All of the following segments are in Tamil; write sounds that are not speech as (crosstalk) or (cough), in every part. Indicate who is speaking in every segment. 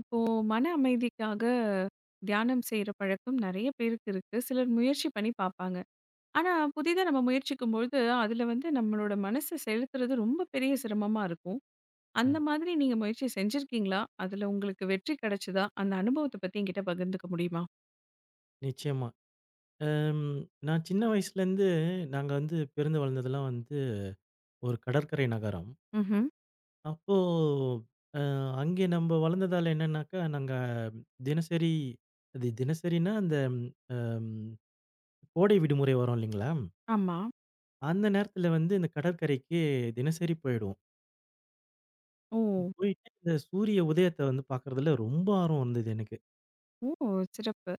Speaker 1: இப்போ மன அமைதிக்காக தியானம் செய்யற பழக்கம் நெறைய பேருக்கு இருக்கு. சிலர் முயற்சி பண்ணி பார்ப்பாங்க. ஆனா புதிதா நம்ம முயற்சிக்கும்பொழுது, அதுல வந்து நம்மளோட மனச செலுத்துறது ரொம்ப பெரிய சிரமமா இருக்கும். அந்த
Speaker 2: ம்.
Speaker 1: மாதிரி நீங்க முயற்சி செஞ்சிருக்கீங்களா? அதுல உங்களுக்கு வெற்றி கிடைச்சதா? அந்த அனுபவத்த பத்தி என்கிட்ட பகிர்ந்துக்க முடியுமா?
Speaker 2: நிச்சயமா. அம் நான் சின்ன வயசுலேருந்து நாங்க வந்து பிறந்து வளர்ந்ததெல்லாம் வந்து ஒரு கடற்கரை நகரம்.
Speaker 1: ம்ஹ்ம்.
Speaker 2: அப்போ அ அங்கே நம்ப வளர்ந்ததால என்னன்னாக்கா, நாங்க தினசரி அது தினசரின்னா அந்த அம் கோடை விடுமுறை வரும் இல்லைங்களா?
Speaker 1: ஆமா.
Speaker 2: அந்த நேரத்தில வந்து இந்த கடற்கரைக்கு தினசரி போயிடுவோம்.
Speaker 1: ஓ!
Speaker 2: போயிட்டு இந்த சூரிய உதயத்த வந்து பார்க்குறதுல ரொம்ப ஆர்வம் இருந்தது எனக்கு.
Speaker 1: ஓ! சிறப்பு.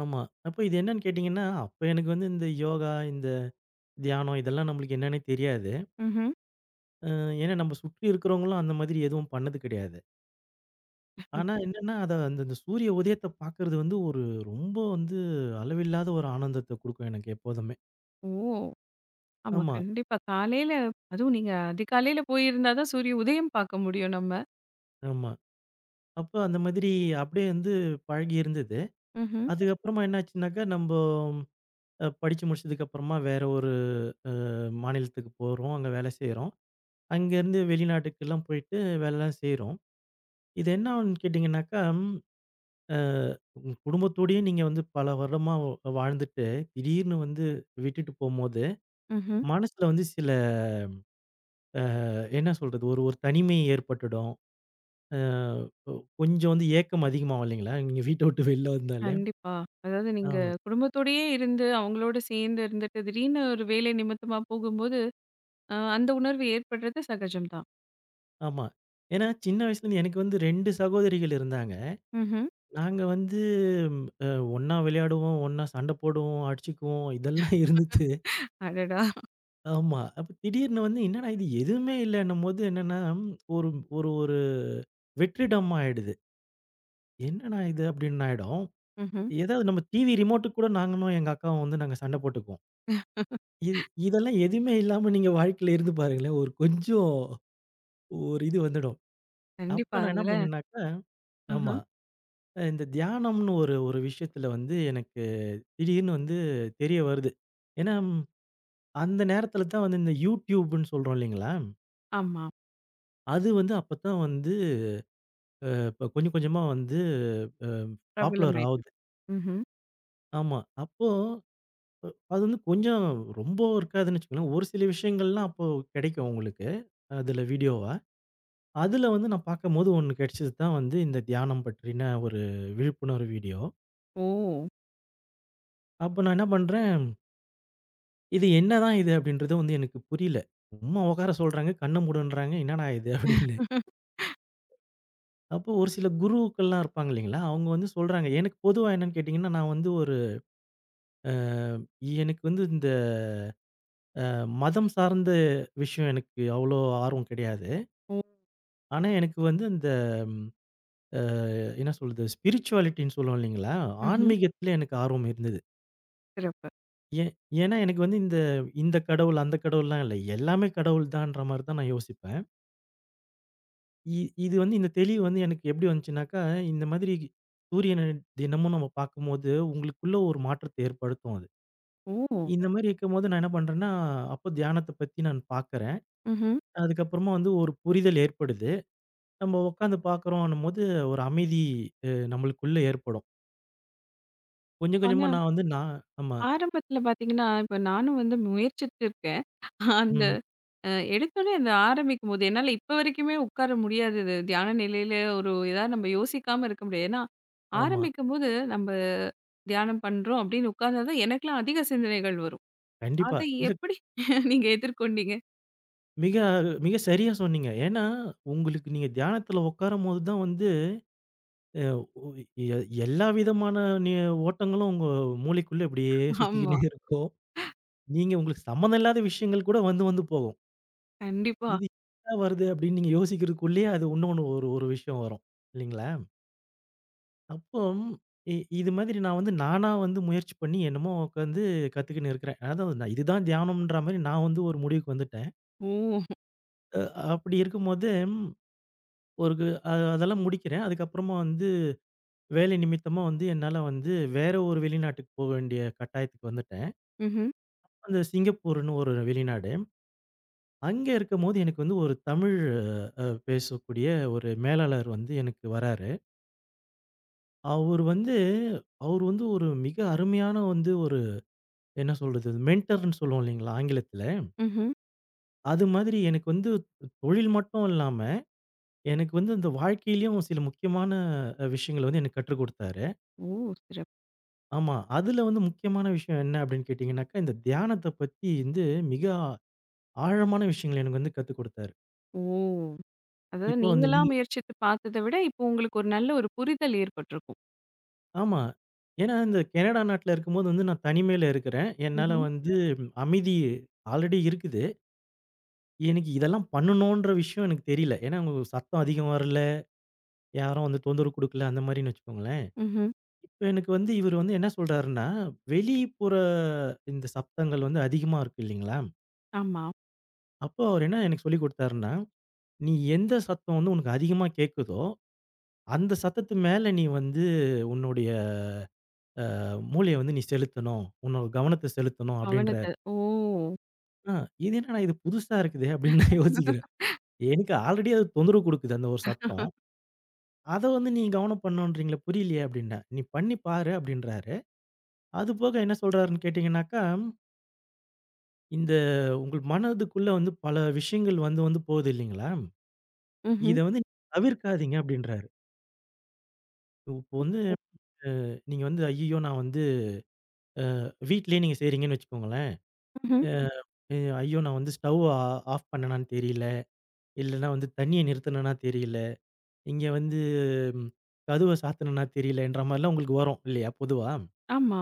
Speaker 2: ஆமா. அப்ப இது என்னன்னு கேட்டீங்கன்னா, அப்ப எனக்கு வந்து இந்த யோகா, இந்த தியானம் இதெல்லாம் நம்மளுக்கு என்னன்னே தெரியாது.
Speaker 1: ம்ஹ்ம்.
Speaker 2: ஏன்னா நம்ம சுற்றி இருக்கிறவங்களும் அந்த மாதிரி எதுவும் பண்ணது கிடையாது. ஆனா என்னன்னா, அத அந்த அந்த சூரிய உதயத்த பார்க்கறது வந்து ஒரு ரொம்ப வந்து அளவில்லாத ஒரு ஆனந்தத்த குடுக்கும் எனக்கு எப்போதுமே.
Speaker 1: ஓ! ஆமா,
Speaker 2: ஆமா,
Speaker 1: கண்டிப்பா. காலையில அதுவும் நீங்க அதிகாலையில போயிருந்தா தான் சூரிய உதயம் பார்க்க முடியும் நம்ம.
Speaker 2: ஆமா. அப்ப அந்த மாதிரி அப்படியே வந்து பழகி இருந்தது.
Speaker 1: ம்ஹ்ம்.
Speaker 2: அதுக்கப்புறமா என்னாச்சுன்னாக்கா, நம்ப படிச்சு முடிச்சதுக்கு அப்புறமா வேற ஒரு அ மாநிலத்துக்கு போறோம். அங்க வேலை செய்றோம். அங்கேருந்து வெளிநாட்டுக்கெல்லாம் போயிட்டு வேலைலாம் செய்றோம். இது என்ன ஆகும்னு கேட்டீங்கன்னாக்கா அ உங்க குடும்பத்தோடயே நீங்க வந்து பல வருடமா வாழ்ந்துட்டு, திடீர்னு வந்து விட்டுட்டு போம்போது,
Speaker 1: ம்ஹ்ம்.
Speaker 2: மனசுல வந்து சில என்ன சொல்றது? ஒரு ஒரு தனிமை ஏற்பட்டுடும். அ ஒ கொஞ்சம் வந்து ஏக்கம் அதிகமாகும் இல்லைங்களா? நீங்க வீட்ட விட்டு வெளில வந்தாலே.
Speaker 1: கண்டிப்பா. அதாவது நீங்க
Speaker 2: ஆமா,
Speaker 1: குடும்பத்தோடயே இருந்து, அவங்களோட சேர்ந்து இருந்துட்டு, திடீர்னு ஒரு வேலை நிமித்தமா போகும்போது, அந்த உணர்வு ஏற்படுறது சகஜம் தான்.
Speaker 2: ஆமா. ஏன்னா சின்ன வயசுலேருந்து எனக்கு வந்து 2 சகோதரிகள் இருந்தாங்க.
Speaker 1: ம்ஹ்ம்.
Speaker 2: நாங்க வந்து அ ஒண்ணா விளையாடுவோம், ஒண்ணா சண்ட போடுவோம், அடிச்சுக்குவோம் இதெல்லாம் இருந்துச்சு.
Speaker 1: அடடா!
Speaker 2: ஆமா. அப்ப திடீர்னு வந்து என்னடா இது எதுவுமே இல்லன்னும்போது என்னன்னா, ஒரு ஒரு ஒரு வெற்றிடமா ஆயிடுது. என்னடா இது அப்படின்னு ஆயிடும்.
Speaker 1: ம்ஹ்ம்.
Speaker 2: ஏதாவது நம்ம டிவி ரிமோட்டுக்கு கூட நாங்களும் எங்க அக்காவும் வந்து நாங்க சண்டை போட்டுக்குவோம். இது இதெல்லாம் எதுவுமே இல்லாம நீங்க வாழ்க்கையில இருந்து பாருங்களேன். ஒரு கொஞ்சம் ஒரு இது வந்துடும்.
Speaker 1: கண்டிப்பா.
Speaker 2: அப்ப நான் என்ன
Speaker 1: அதுல
Speaker 2: பண்ணேன்னாக்கா
Speaker 1: ஆஹா.
Speaker 2: ஆமா. இந்த தியானம்னு ஒரு ஒரு விஷயத்துல வந்து எனக்கு திடீர்னு வந்து தெரிய வருது. ஏன்னா, அந்த நேரத்துல தான் வந்து இந்த YouTubeன்னு சொல்றோம் இல்லைங்களா?
Speaker 1: ஆமா.
Speaker 2: அது வந்து அப்பதான் வந்து இப்ப கொஞ்சம் கொஞ்சமா வந்து அ பாப்புலர்
Speaker 1: பிரபலமாயிருக்கு.
Speaker 2: ஆவுது.
Speaker 1: ம்ஹ்ம்.
Speaker 2: ஆமா. அப்போ அது வந்து கொஞ்சம் ரொம்ப இருக்காதுன்னு வச்சுக்கோங்களேன். ஒரு சில விஷயங்கள்லாம் அப்போ கிடைக்கும் உங்களுக்கு. அதுல வீடியோவா. அதுல வந்து நான் பார்க்கும்போது ஒண்ணு கிடைச்சது தான் வந்து இந்த தியானம் பற்றின ஒரு விழிப்புணர்வு வீடியோ.
Speaker 1: ஓ!
Speaker 2: அப்ப நான் என்ன பண்றேன், இது என்னதான் இது அப்படின்றது வந்து எனக்கு புரியல. சும்மா உட்கார சொல்றாங்க, கண்ண மூடுன்றாங்க. என்னடா இது அப்படின்னு. அப்போ ஒரு சில குருக்கள்லாம் இருப்பாங்க இல்லைங்களா? அவங்க வந்து சொல்றாங்க. எனக்கு பொதுவா என்னன்னு கேட்டீங்கன்னா, நான் வந்து ஒரு அ எனக்கு வந்து இந்த மதம் சார்ந்த விஷயம் எனக்கு அவ்வளோ ஆர்வம் கிடையாது.
Speaker 1: ஓ!
Speaker 2: ஆனா எனக்கு வந்து இந்த ம் அ என்ன சொல்றது? ஸ்பிரிச்சுவாலிட்டின்னு சொல்லுவோம் இல்லைங்களா?
Speaker 1: ம்ஹ்ம்.
Speaker 2: ஆன்மீகத்தில எனக்கு ஆர்வம் இருந்தது.
Speaker 1: சிறப்பு.
Speaker 2: ஏன் ஏன்னா எனக்கு வந்து இந்த இந்த கடவுள், அந்த கடவுள்லாம் இல்ல. எல்லாமே கடவுள் தான்ற மாரி தான் நான் யோசிப்பேன். இ இது வந்து இந்த தெளிவு வந்து எனக்கு எப்படி வந்துச்சுனாக்கா, இந்த மாதிரி சூரியன தினமும் நம்ம பார்க்கும்போது, உங்களுக்குள்ள ஒரு மாற்றத்தை ஏற்படுத்தும் அது.
Speaker 1: ஓ!
Speaker 2: இந்த மாரி இருக்கும்போது நான் என்ன பண்றேன்னா, அப்போ தியானத்த பத்தி நான் பார்க்குறேன்.
Speaker 1: ம்ஹ்ம்.
Speaker 2: அதுக்கப்புறமா வந்து ஒரு புரிதல் ஏற்படுது. நம்ம உட்காந்து பார்க்குறோன்னும்போது, ஒரு அமைதி நம்மளுக்குள்ள ஏற்படும். கொஞ்சம்
Speaker 1: ஆனா,
Speaker 2: கொஞ்சமா நான் வந்து நான் ஆமா.
Speaker 1: ஆரம்பத்துல பார்த்தீங்கன்னா, இப்ப நானும் வந்து முயற்சித்திருக்கேன். அந்த
Speaker 2: ம்.
Speaker 1: எடுத்தோனே அந்த ஆரம்பிக்கும்போது, என்னால இப்ப வரைக்குமே உட்கார முடியாது. இது தியான நிலையில ஒரு இதா நம்ம யோசிக்காம இருக்க முடியாது. ஏன்னா,
Speaker 2: ஆமா.
Speaker 1: ஆரம்பிக்கும்போது நம்ம தியானம் பண்றோம் அப்படின்னு உட்கார்ந்தா தான் எனக்கெல்லாம் அதிக சிந்தனைகள் வரும்.
Speaker 2: கண்டிப்பா.
Speaker 1: அதை
Speaker 2: இல்ல
Speaker 1: எப்படி (laughs) நீங்க எதிர்கொண்டீங்க?
Speaker 2: மிக மிக சரியா சொன்னீங்க. ஏன்னா, உங்களுக்கு நீங்க தியானத்துல உட்காரும்போது தான் வந்து அ உ எ எல்லா விதமான நி ஓட்டங்களும் உங்க மூளைக்குள்ள இப்படியே
Speaker 1: ஆமா,
Speaker 2: சுத்திக்கினே இருக்கும். நீங்க உங்களுக்கு சம்மந்தம் இல்லாத விஷயங்கள் கூட வந்து வந்து போகும்.
Speaker 1: கண்டிப்பா.
Speaker 2: இது எதுக்குடா வருது அப்படின்னு நீங்க யோசிக்கிறதுக்குள்ளேயே அது இன்னொன்னு ஒரு ஒரு விஷயம் வரும். இல்லைங்களா? அப்போ இது மாதிரி நான் வந்து நானா வந்து முயற்சி பண்ணி என்னமோ உட்காந்து கத்துக்கின்னு இருக்கிறேன். அதாவது நான் இதுதான் தியானம்ன்ற மாரி நான் வந்து ஒரு முடிவுக்கு வந்துட்டேன்.
Speaker 1: ஓ!
Speaker 2: அ அப்படி இருக்கும்போது ஒரு கு- அ அதெல்லாம் முடிக்கிறேன். அதுக்கப்புறமா வந்து வேலை நிமித்தமா வந்து என்னால வந்து வேற ஒரு வெளிநாட்டுக்கு போக வேண்டிய கட்டாயத்துக்கு வந்துட்டேன்.
Speaker 1: ம்ஹ்ம்,
Speaker 2: அந்த சிங்கப்பூர்ன்னு ஒரு வெளிநாடு. அங்க இருக்கும்போது எனக்கு வந்து ஒரு தமிழ் பேசக்கூடிய ஒரு மேலாளர் வந்து எனக்கு வராரு. அவரு வந்து அவரு வந்து ஒரு மிக அருமையான வந்து ஒரு என்ன சொல்றது? மென்டர்ன்னு சொல்லுவோம் இல்லைங்களா? ஆங்கிலத்தில.
Speaker 1: ம்ஹ்ம்.
Speaker 2: அது மாதிரி எனக்கு வந்து தொழில் மட்டும் இல்லாம, எனக்கு வந்து இந்த வாழ்க்கையிலயும் சில முக்கியமான விஷயங்கள வந்து எனக்கு கற்றுக் குடுத்தாரு.
Speaker 1: ஓ! சிறப்பு.
Speaker 2: ஆமா. அதுல வந்து முக்கியமான விஷயம் என்ன அப்படின்னு கேட்டீங்கன்னாக்கா, இந்த தியானத்த பத்தி வந்து மிக ஆழமான விஷயங்கள எனக்கு வந்து கத்துக் குடுத்தாரு.
Speaker 1: ஓ! அதாவது
Speaker 2: இப்போ வந்து
Speaker 1: நீங்களா
Speaker 2: நீங்க
Speaker 1: முயற்சித்து பார்த்தத விட, இப்போ உங்களுக்கு ஒரு நல்ல ஒரு புரிதல் ஏற்பட்டிருக்கும்.
Speaker 2: ஆமா. ஏன்னா இந்த கனடா நாட்டுல இருக்கும்போது வந்து நான் தனிமையில இருக்கிறேன். என்னால
Speaker 1: ம்ஹ்ம்,
Speaker 2: வந்து அமைதி ஆல்ரெடி இருக்குது. எனக்கு இதெல்லாம் பண்ணணுன்ற விஷயம் எனக்கு தெரியல. ஏன்னா, அவங்க சத்தம் அதிகம் வரல. யாரும் வந்து தொந்தரவு குடுக்கல, அந்த மாரின்னு வச்சுக்கோங்களேன்.
Speaker 1: ம்ஹ்ம்.
Speaker 2: இப்ப எனக்கு வந்து இவரு வந்து என்ன சொல்றாருன்னா, வெளிப்புற இந்த சத்தங்கள் வந்து அதிகமா இருக்கு இல்லீங்களா?
Speaker 1: ஆமா.
Speaker 2: அப்போ அவரு என்ன எனக்கு சொல்லிக் குடுத்தாருன்னா, "நீ எந்த சத்தம் வந்து உனக்கு அதிகமா கேக்குதோ, அந்த சத்தத்து மேல நீ வந்து உன்னுடைய மூளைய வந்து நீ செலுத்தணும். உன்னோட கவனத்த செலுத்தணும்" அப்படின்றாரு.
Speaker 1: கவனத்த ஓ!
Speaker 2: ஆ இது என்னடா இது புதுசா இருக்குதே! அப்படின்னு நான் யோசிக்கிறேன். எனக்கு ஆல்ரெடி அது தொந்தரவு குடுக்குது அந்த ஒரு சத்தம். அத வந்து நீ கவனம் பண்ணணுன்றீங்களே புரியலையே அப்படின்னேன். "நீ பண்ணி பாரு" அப்படின்றாரு. அது போக என்ன சொல்றாருன்னு கேட்டீங்கன்னாக்கா, இந்த உங்கள் மனதுக்குள்ள வந்து பல விஷயங்கள் வந்து வந்து போகுது இல்லைங்களா?
Speaker 1: ம்ஹ்ம்,
Speaker 2: இத வந்து தவிர்க்காதீங்க அப்படின்றாரு. இப்போ வந்து நீங்க வந்து ஐய்யயோ! நான் வந்து வீட்லயே நீங்க செய்றீங்கன்னு வச்சுக்கோங்களேன்.
Speaker 1: ம்ஹ்ம்.
Speaker 2: அ ஐயோ! நான் வந்து ஸ்டவ் ஆஃப் பண்ணனான்னு தெரியல. இல்லன்னா வந்து தண்ணிய நிறுத்துனனா தெரியல. இங்க வந்து கதவ சாத்துனனா தெரியலன்ற மாரிலாம் உங்களுக்கு வரும் இல்லையா? பொதுவா.
Speaker 1: ஆமா.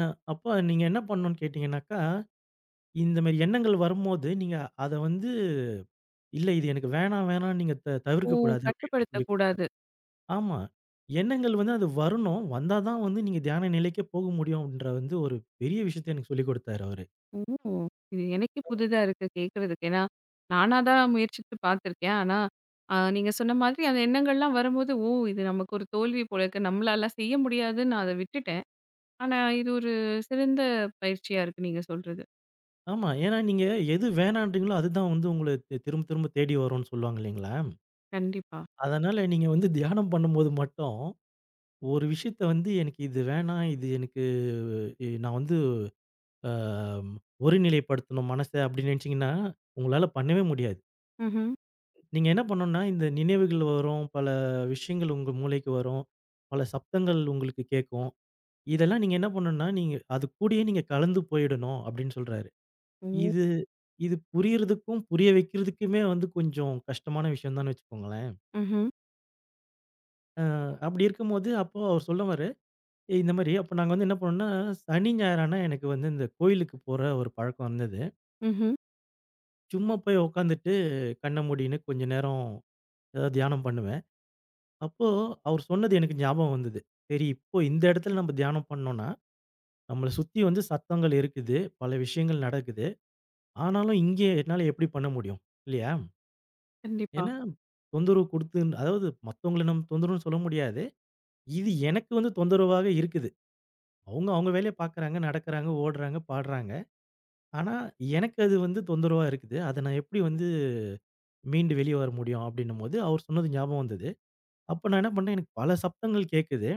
Speaker 2: அ அப்ப நீங்க என்ன பண்ணணும்னு கேட்டீங்கன்னாக்கா, இந்த மாரி எண்ணங்கள் வரும்போது நீங்க அத வந்து இல்ல. இது எனக்கு வேணாம், வேணாம்னு நீங்க
Speaker 1: ஓ!
Speaker 2: தவிர்க்கக் கூடாது அப்படின்னு சொல்லிக் குடுத்தார்.
Speaker 1: கட்டுப்படுத்தக்கூடாது.
Speaker 2: ஆமா. எண்ணங்கள் வந்து அது வரணும். வந்தா தான் வந்து நீங்க தியான நிலைக்கே போக முடியும் அப்படின்ற வந்து ஒரு பெரிய விஷயத்த எனக்கு சொல்லிக் குடுத்தாரு அவரு.
Speaker 1: ஓ! இது எனக்கே புதிதா இருக்கு கேட்கறதுக்கு. ஏன்னா, நானா தான் முயற்சித்து பார்த்துருக்கேன். ஆனா, நீங்க சொன்ன மாதிரி அந்த எண்ணங்கள்லாம் வரும்போது, ஓ! இது நமக்கு ஒரு தோல்வி போல இருக்கு. நம்மளால செய்ய முடியாதுன்னு நான் அத விட்டுட்டேன். ஆனா, இது ஒரு சிறந்த பயிற்சியா இருக்கு நீங்க சொல்றது.
Speaker 2: ஆமா. ஏன்னா நீங்க எது வேணான்றீங்களோ அதுதான் வந்து உங்கள திரும்ப திரும்ப தேடி வரும்னு சொல்லுவாங்க இல்லீங்களா?
Speaker 1: கண்டிப்பா.
Speaker 2: அதனால நீங்க வந்து தியானம் பண்ணும்போது மட்டும் ஒரு விஷயத்த வந்து எனக்கு இது வேணாம். இது எனக்கு நான் வந்து அ ஒருநிலைப்படுத்தணும் மனச அப்படின்னு நினைச்சீங்கன்னா, உங்களால பண்ணவே முடியாது.
Speaker 1: ம்ஹ்ம்.
Speaker 2: நீங்க என்ன பண்ணணும்னா, இந்த நினைவுகள் வரும். பல விஷயங்கள் உங்க மூளைக்கு வரும். பல சப்தங்கள் உங்களுக்கு கேட்கும். இதெல்லாம் நீங்க என்ன பண்ணணும்னா, நீங்க அது கூடயே நீங்க கலந்து போயிடணும் அப்படின்னு சொல்றாரு.
Speaker 1: ஓ!
Speaker 2: இது இது புரியறதுக்கும், புரிய வைக்கிறதுக்குமே வந்து கொஞ்சம் கஷ்டமான விஷயம் தான்னு வச்சுக்கோங்களேன்.
Speaker 1: ம்ஹ்ம்.
Speaker 2: அ அப்படி இருக்கும்போது அப்போ அவர் சொல்லுவாரு, "ஏய், இந்த மாரி அப்போ நாங்க வந்து என்ன பண்ணோம்னா, சனி, ஞாயிறானா எனக்கு வந்து இந்த கோயிலுக்கு போற ஒரு பழக்கம் இருந்தது.
Speaker 1: ம்ஹ்ம்.
Speaker 2: சும்மா போய் உட்காந்துட்டு கண்ண மூடின்னு கொஞ்ச நேரம் ஏதாவது தியானம் பண்ணுவேன். அப்போ அவர் சொன்னது எனக்கு ஞாபகம் வந்தது. சரி இப்போ இந்த இடத்துல நம்ம தியானம் பண்ணோம்னா, நம்மள சுத்தி வந்து சத்தங்கள் இருக்குது. பல விஷயங்கள் நடக்குது. ஆனாலும் இங்கே என்னால எப்படி பண்ண முடியும்? இல்லையா?
Speaker 1: கண்டிப்பா.
Speaker 2: ஏன்னா தொந்தரவு குடுத்து அதாவது மத்தவங்கள நம்ம தொந்தரவுன்னு சொல்ல முடியாது. இது எனக்கு வந்து தொந்தரவாக இருக்குது. அவங்க அவங்க வேலைய பார்க்குறாங்க, நடக்குறாங்க, ஓடுறாங்க, பாடுறாங்க. ஆனா எனக்கு அது வந்து தொந்தரவா இருக்குது. அத நான் எப்படி வந்து மீண்டு வெளிய வர முடியும்? அப்படின்னும்போது அவர் சொன்னது ஞாபகம் வந்தது. அப்ப நான் என்ன பண்ணேன், எனக்கு பல சப்தங்கள் கேட்குது.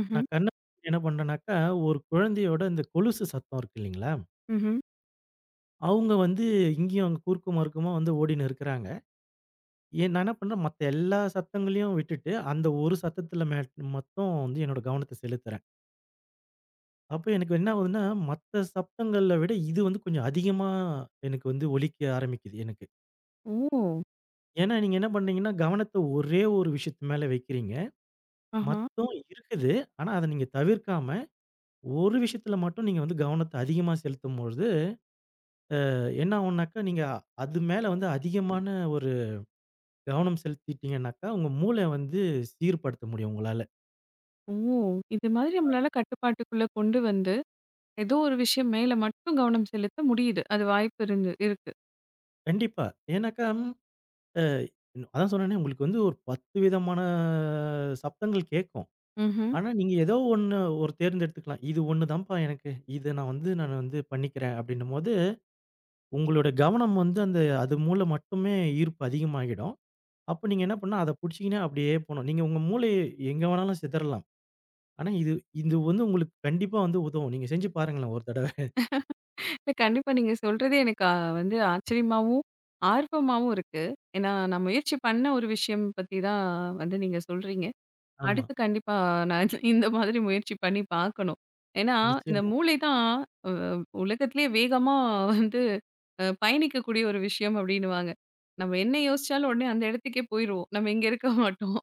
Speaker 1: ம்ஹ்ம்.
Speaker 2: நான் கண்ண என்ன பண்றேன்னாக்கா, ஒரு குழந்தையோட இந்த கொலுசு சத்தம் இருக்கு இல்லைங்களா?
Speaker 1: ம்ஹ்ம்.
Speaker 2: அவுங்க வந்து இங்கேயும் அங்க குறுக்கும் மறுக்குமா வந்து ஓடின்னு இருக்கிறாங்க. நான் என்ன பண்றேன், மத்த எல்லா சத்தங்களையும் விட்டுட்டு, அந்த ஒரு சத்தத்துல மேட் மட்டும் வந்து என்னோட கவனத்த செலுத்துறேன். அப்ப எனக்கு என்ன ஆகுதுன்னா, மத்த சப்தங்கள விட இது வந்து கொஞ்சம் அதிகமா எனக்கு வந்து ஒலிக்க ஆரம்பிக்குது எனக்கு.
Speaker 1: ஓ!
Speaker 2: ஏன்னா, நீங்க என்ன பண்றீங்கன்னா, கவனத்த ஒரே ஒரு விஷயத்து மேல வைக்கிறீங்க.
Speaker 1: ஆஹா.
Speaker 2: மத்தம் இருக்குது. ஆனா, அத நீங்க தவிர்க்காம, ஒரு விஷயத்துல மட்டும் நீங்க வந்து கவனத்த அதிகமா செலுத்தும்பொழுது என்ன ஆகும்னாக்கா, நீங்க அது மேல வந்து அதிகமான ஒரு கவனம் செலுத்திட்டீங்கனாக்கா, உங்க மூளை வந்து சீர்படுத்த முடியும் உங்களால.
Speaker 1: ஓ! இது மாதிரி நம்மளால கட்டுப்பாட்டுக்குள்ள கொண்டு வந்து, ஏதோ ஒரு விஷயம் மேல மட்டும் கவனம் செலுத்த முடியுது. அது வாய்ப்பு இருந்து இருக்கு.
Speaker 2: கண்டிப்பா. ஏன்னாக்கா, அ அதான் சொன்னேனே உங்களுக்கு வந்து ஒரு 10 விதமான சப்தங்கள் கேட்கும்.
Speaker 1: ம்ஹ்ம்.
Speaker 2: ஆனா, நீங்க ஏதோ ஒண்ணு ஒரு தேர்ந்தெடுத்துக்கலாம். இது ஒண்ணு தான்ப்பா எனக்கு. இத நான் வந்து பண்ணிக்கிறேன் அப்படின்னும்போது, உங்களோட கவனம் வந்து அந்த அது மூல மட்டுமே ஈர்ப்பு அதிகமாகிடும். அப்ப நீங்க என்ன பண்ணணும், அத புடிச்சீங்கன்னா அப்படியே போணும். நீங்க உங்க மூளைய எங்க வேணாலும் சிதறலாம். ஆனா, இது இது வந்து உங்களுக்கு கண்டிப்பா வந்து உதவும். நீங்க செஞ்சு பாருங்களேன் ஒரு தடவ.
Speaker 1: இல்ல கண்டிப்பா நீங்க சொல்றதே எனக்கு வந்து ஆச்சரியமாவும், ஆர்வமாவும் இருக்கு. ஏன்னா நான் முயற்சி பண்ண ஒரு விஷயம் பத்தி தான் வந்து நீங்க சொல்றீங்க.
Speaker 2: ஆமா.
Speaker 1: அடுத்து கண்டிப்பா நான் (laughs) இது இந்த மாதிரி முயற்சி பண்ணி பார்க்கணும். ஏன்னா இந்த
Speaker 2: நிச்சயமா.
Speaker 1: மூளை தான் அ உலகத்திலேயே வேகமா வந்து பயணிக்கக்கூடிய ஒரு விஷயம் அப்டின்னுவாங்க. நம்ம என்ன யோசிச்சாலும் உடனே அந்த இடத்துக்கே போயிருவோம். நம்ம இங்க இருக்க மாட்டோம்.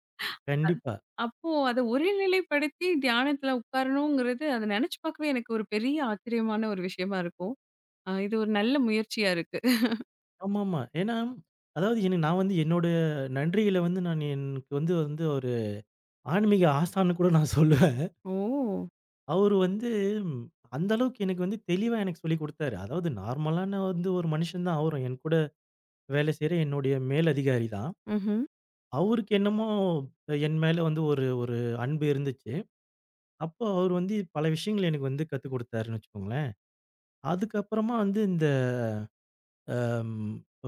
Speaker 2: கண்டிப்பா.
Speaker 1: அப்போ அத ஒருநிலைப்படுத்தி தியானத்துல உட்காரணுங்கிறது அத நெனச்சு பார்க்கவே எனக்கு ஒரு பெரிய ஆச்சரியமான ஒரு விஷயமா இருக்கும். இது ஒரு நல்ல முயற்சியா இருக்கு.
Speaker 2: ஆமாமா. ஏன்னா, அதாவது என்ன நான் வந்து என்னோட நன்றிகள வந்து நான் எனக்கு வந்து வந்து ஒரு ஆன்மீக ஆசான்னு கூட நான் சொல்லுவேன்.
Speaker 1: ஓ!
Speaker 2: அவரு வந்து ம், அந்த அளவுக்கு எனக்கு வந்து தெளிவா எனக்கு சொல்லிக் குடுத்தாரு. அதாவது நார்மலான வந்து ஒரு மனுஷன் தான் அவரும். என் கூட வேலை செய்ற என்னுடைய மேலதிகாரி தான்.
Speaker 1: ம்ஹ்ம்.
Speaker 2: அவருக்கு என்னமோ என் மேல வந்து ஒரு ஒரு அன்பு இருந்துச்சு. அப்போ அவரு வந்து பல விஷயங்கள் எனக்கு வந்து கத்துக் குடுத்தாருன்னு வச்சுக்கோங்களேன். அதுக்கப்புறமா வந்து அம்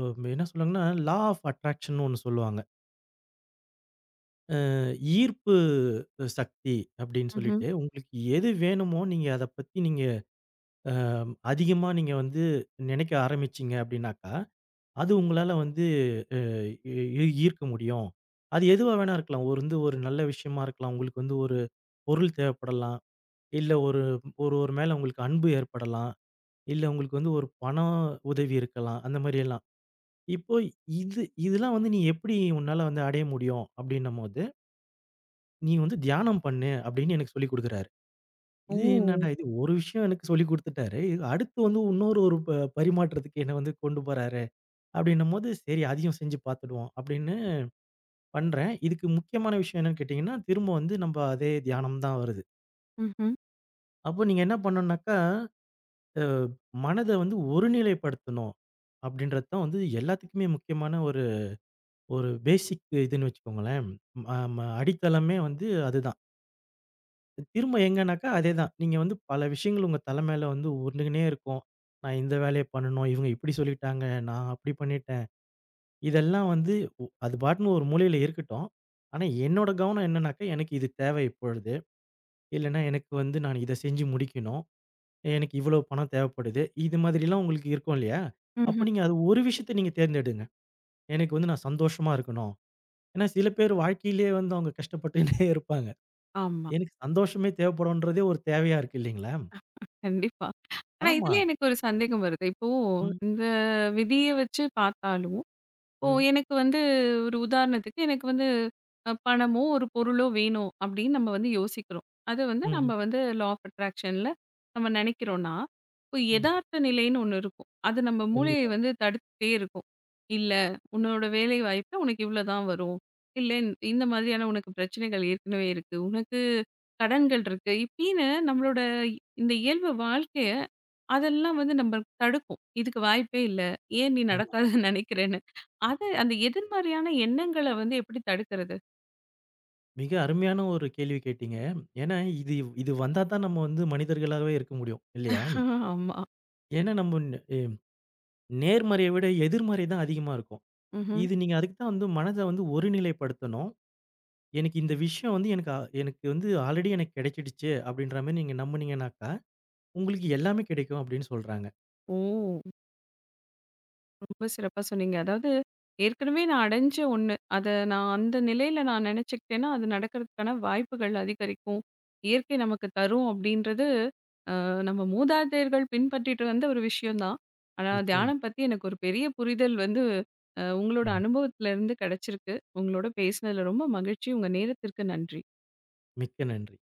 Speaker 2: அம் என்ன சொல்லுவாங்கன்னா, லா ஆஃப் அட்ராக்ஷன்னு ஒண்ணு சொல்லுவாங்க. அ ஈர்ப்பு சக்தி அப்படின்னு
Speaker 1: ம்ஹ்ம்.
Speaker 2: சொல்லிட்டு, உங்களுக்கு எது வேணுமோ நீங்க அத பத்தி நீங்க அ அதிகமா நீங்க வந்து நினைக்க ஆரம்பிச்சீங்க அப்படின்னாக்கா, அது உங்களால வந்து ஈ ஈ ஈர்க்க முடியும். அது எதுவா வேணா இருக்கலாம். ஒரு வந்து ஒரு நல்ல விஷயமா இருக்கலாம். உங்களுக்கு வந்து ஒரு பொருள் தேவைப்படலாம். இல்ல ஒருவர் மேல உங்களுக்கு அன்பு ஏற்படலாம். இல்ல உங்களுக்கு வந்து ஒரு பண உதவி இருக்கலாம். அந்த மாரியெல்லாம். இப்போ இதெல்லாம் வந்து நீ எப்படி உன்னால வந்து அடைய முடியும் அப்படின்னும்போது, நீ வந்து தியானம் பண்ணு அப்படின்னு எனக்கு சொல்லிக் குடுக்குறாரு.
Speaker 1: ஓ!
Speaker 2: இது என்னடா இது ஒரு விஷயம் எனக்கு சொல்லிக் குடுத்துட்டாரு. இது அடுத்து வந்து இன்னொரு பரிமாற்றத்துக்கு என்ன வந்து கொண்டு போறாரு அப்படின்னும்போது, சரி அதையும் செஞ்சு பார்த்துடுவோம் அப்படின்னு பண்றேன். இதுக்கு முக்கியமான விஷயம் என்னன்னு கேட்டீங்கன்னா, திரும்ப வந்து நம்ப அதே தியானம் தான் வருது.
Speaker 1: ம்ஹ்ம்.
Speaker 2: அப்போ நீங்க என்ன பண்ணணும்னாக்கா, அ மனத வந்து ஒருநிலைப்படுத்தணும் அப்படின்றது தான் வந்து எல்லாத்துக்குமே முக்கியமான ஒரு பேசிக் இதுன்னு வச்சுக்கோங்களேன். ம ம அடித்தளமே வந்து அதுதான். திரும்ப எங்கனாக்கா அதேதான். நீங்க வந்து பல விஷயங்கள் உங்க தல மேல வந்து உருண்டுகினே இருக்கும். நான் இந்த வேலைய பண்ணணும். இவங்க இப்படி சொல்லிட்டாங்க. நான் அப்படி பண்ணிட்டேன். இதெல்லாம் வந்து அது பாட்டுன்னு ஒரு மூலையில இருக்கட்டும். ஆனா என்னோட கவனம் என்னன்னாக்கா, எனக்கு இது தேவை இப்பொழுது. இல்லன்னா எனக்கு வந்து நான் இத செஞ்சு முடிக்கணும். எனக்கு இவ்வளோ பணம் தேவைப்படுது. இது மாதிரிலாம் உங்களுக்கு இருக்கும் இல்லையா?
Speaker 1: ம்ஹ்ம்.
Speaker 2: அப்ப நீங்க அது ஒரு விஷயத்த நீங்க தேர்ந்தெடுங்க. எனக்கு வந்து நான் சந்தோஷமா இருக்கணும். ஏன்னா சில பேர் வாழ்க்கையிலேயே வந்து அவங்க கஷ்டப்பட்டுன்னே (laughs) இருப்பாங்க.
Speaker 1: ஆமா.
Speaker 2: எனக்கு சந்தோஷமே தேவைப்படுன்றதே ஒரு தேவையா இருக்கு இல்லைங்களா?
Speaker 1: கண்டிப்பா. ஆனா,
Speaker 2: ஆமா.
Speaker 1: இதுலயே எனக்கு ஒரு சந்தேகம் வருது. இப்போ
Speaker 2: ம்,
Speaker 1: இந்த விதிய வச்சு பார்த்தாலும் இப்போ
Speaker 2: ம்,
Speaker 1: எனக்கு வந்து ஒரு உதாரணத்துக்கு எனக்கு வந்து பணமோ, ஒரு பொருளோ வேணும் அப்படின்னு நம்ம வந்து யோசிக்கிறோம். அது வந்து நம்ம
Speaker 2: ம்ஹ்ம்,
Speaker 1: வந்து லா ஆஃப் அட்ராக்ஷன்ல நம்ம நினைக்கிறோம்னா, இப்போ
Speaker 2: ம்.
Speaker 1: எதார்த்த நிலைன்னு ஒண்ணு இருக்கும். அது நம்ம மூளையை
Speaker 2: கண்டிப்பா.
Speaker 1: வந்து தடுத்துட்டே இருக்கும். "இல்ல, உன்னோட வேலை வாய்ப்புல உனக்கு இவ்வளோ தான் வரும். இல்ல இந்த மாதிரியான உனக்கு பிரச்சனைகள் ஏற்கனவே இருக்கு. உனக்கு கடன்கள் இருக்கு." இப்படின்னு நம்மளோட இந்த இயல்பு வாழ்க்கைய அதெல்லாம் வந்து நம்ம தடுக்கும். "இதுக்கு வாய்ப்பே இல்ல. ஏன் நீ
Speaker 2: ஆமா.
Speaker 1: நடக்காதுன்னு நினைக்கிறேன்னு?" அது அந்த எதிர்மறையான எண்ணங்கள வந்து எப்படி தடுக்கிறது?
Speaker 2: மிக அருமையான ஒரு கேள்வி கேட்டீங்க. ஏன்னா இது இது வந்தா தான் நம்ம வந்து மனிதர்களாவே இருக்க முடியும். இல்லையா?
Speaker 1: (laughs) ஆமா.
Speaker 2: ஏன்னா நம்ம நேர்மறைய விட எதிர்மறை தான் அதிகமா இருக்கும்.
Speaker 1: ம்ஹ்ம்.
Speaker 2: இது நீங்க அதுக்கு தான் வந்து மனத வந்து ஒருநிலைப்படுத்தணும். எனக்கு இந்த விஷயம் வந்து எனக்கு எனக்கு வந்து ஆல்ரெடி எனக்கு கிடைச்சிடுச்சு அப்படின்ற மாரி நீங்க நம்புனீங்கனாக்கா, உங்களுக்கு எல்லாமே கிடைக்கும் அப்படின்னு சொல்றாங்க.
Speaker 1: ஓ! ரொம்ப சிறப்பா சொன்னீங்க. அதாவது ஏற்கனவே நான் அடைஞ்ச ஒண்ணு. அத நான் அந்த நிலையில நான் நெனச்சுக்கிட்டேன்னா, அது நடக்கிறதுக்கான வாய்ப்புகள் அதிகரிக்கும். இயற்கை நமக்கு தரும் அப்படின்றது நம்ம மூதாதையர்கள் பின்பற்றிட்டு வந்த ஒரு விஷயம் தான். ஆனா
Speaker 2: நிச்சயம்.
Speaker 1: தியானம் பத்தி எனக்கு ஒரு பெரிய புரிதல் வந்து உங்களோட
Speaker 2: ம்.
Speaker 1: அனுபவத்திலருந்து கெடைச்சிருக்கு. உங்களோட பேசினதுல ரொம்ப மகிழ்ச்சி. உங்க நேரத்திற்கு நன்றி.
Speaker 2: மிக்க நன்றி.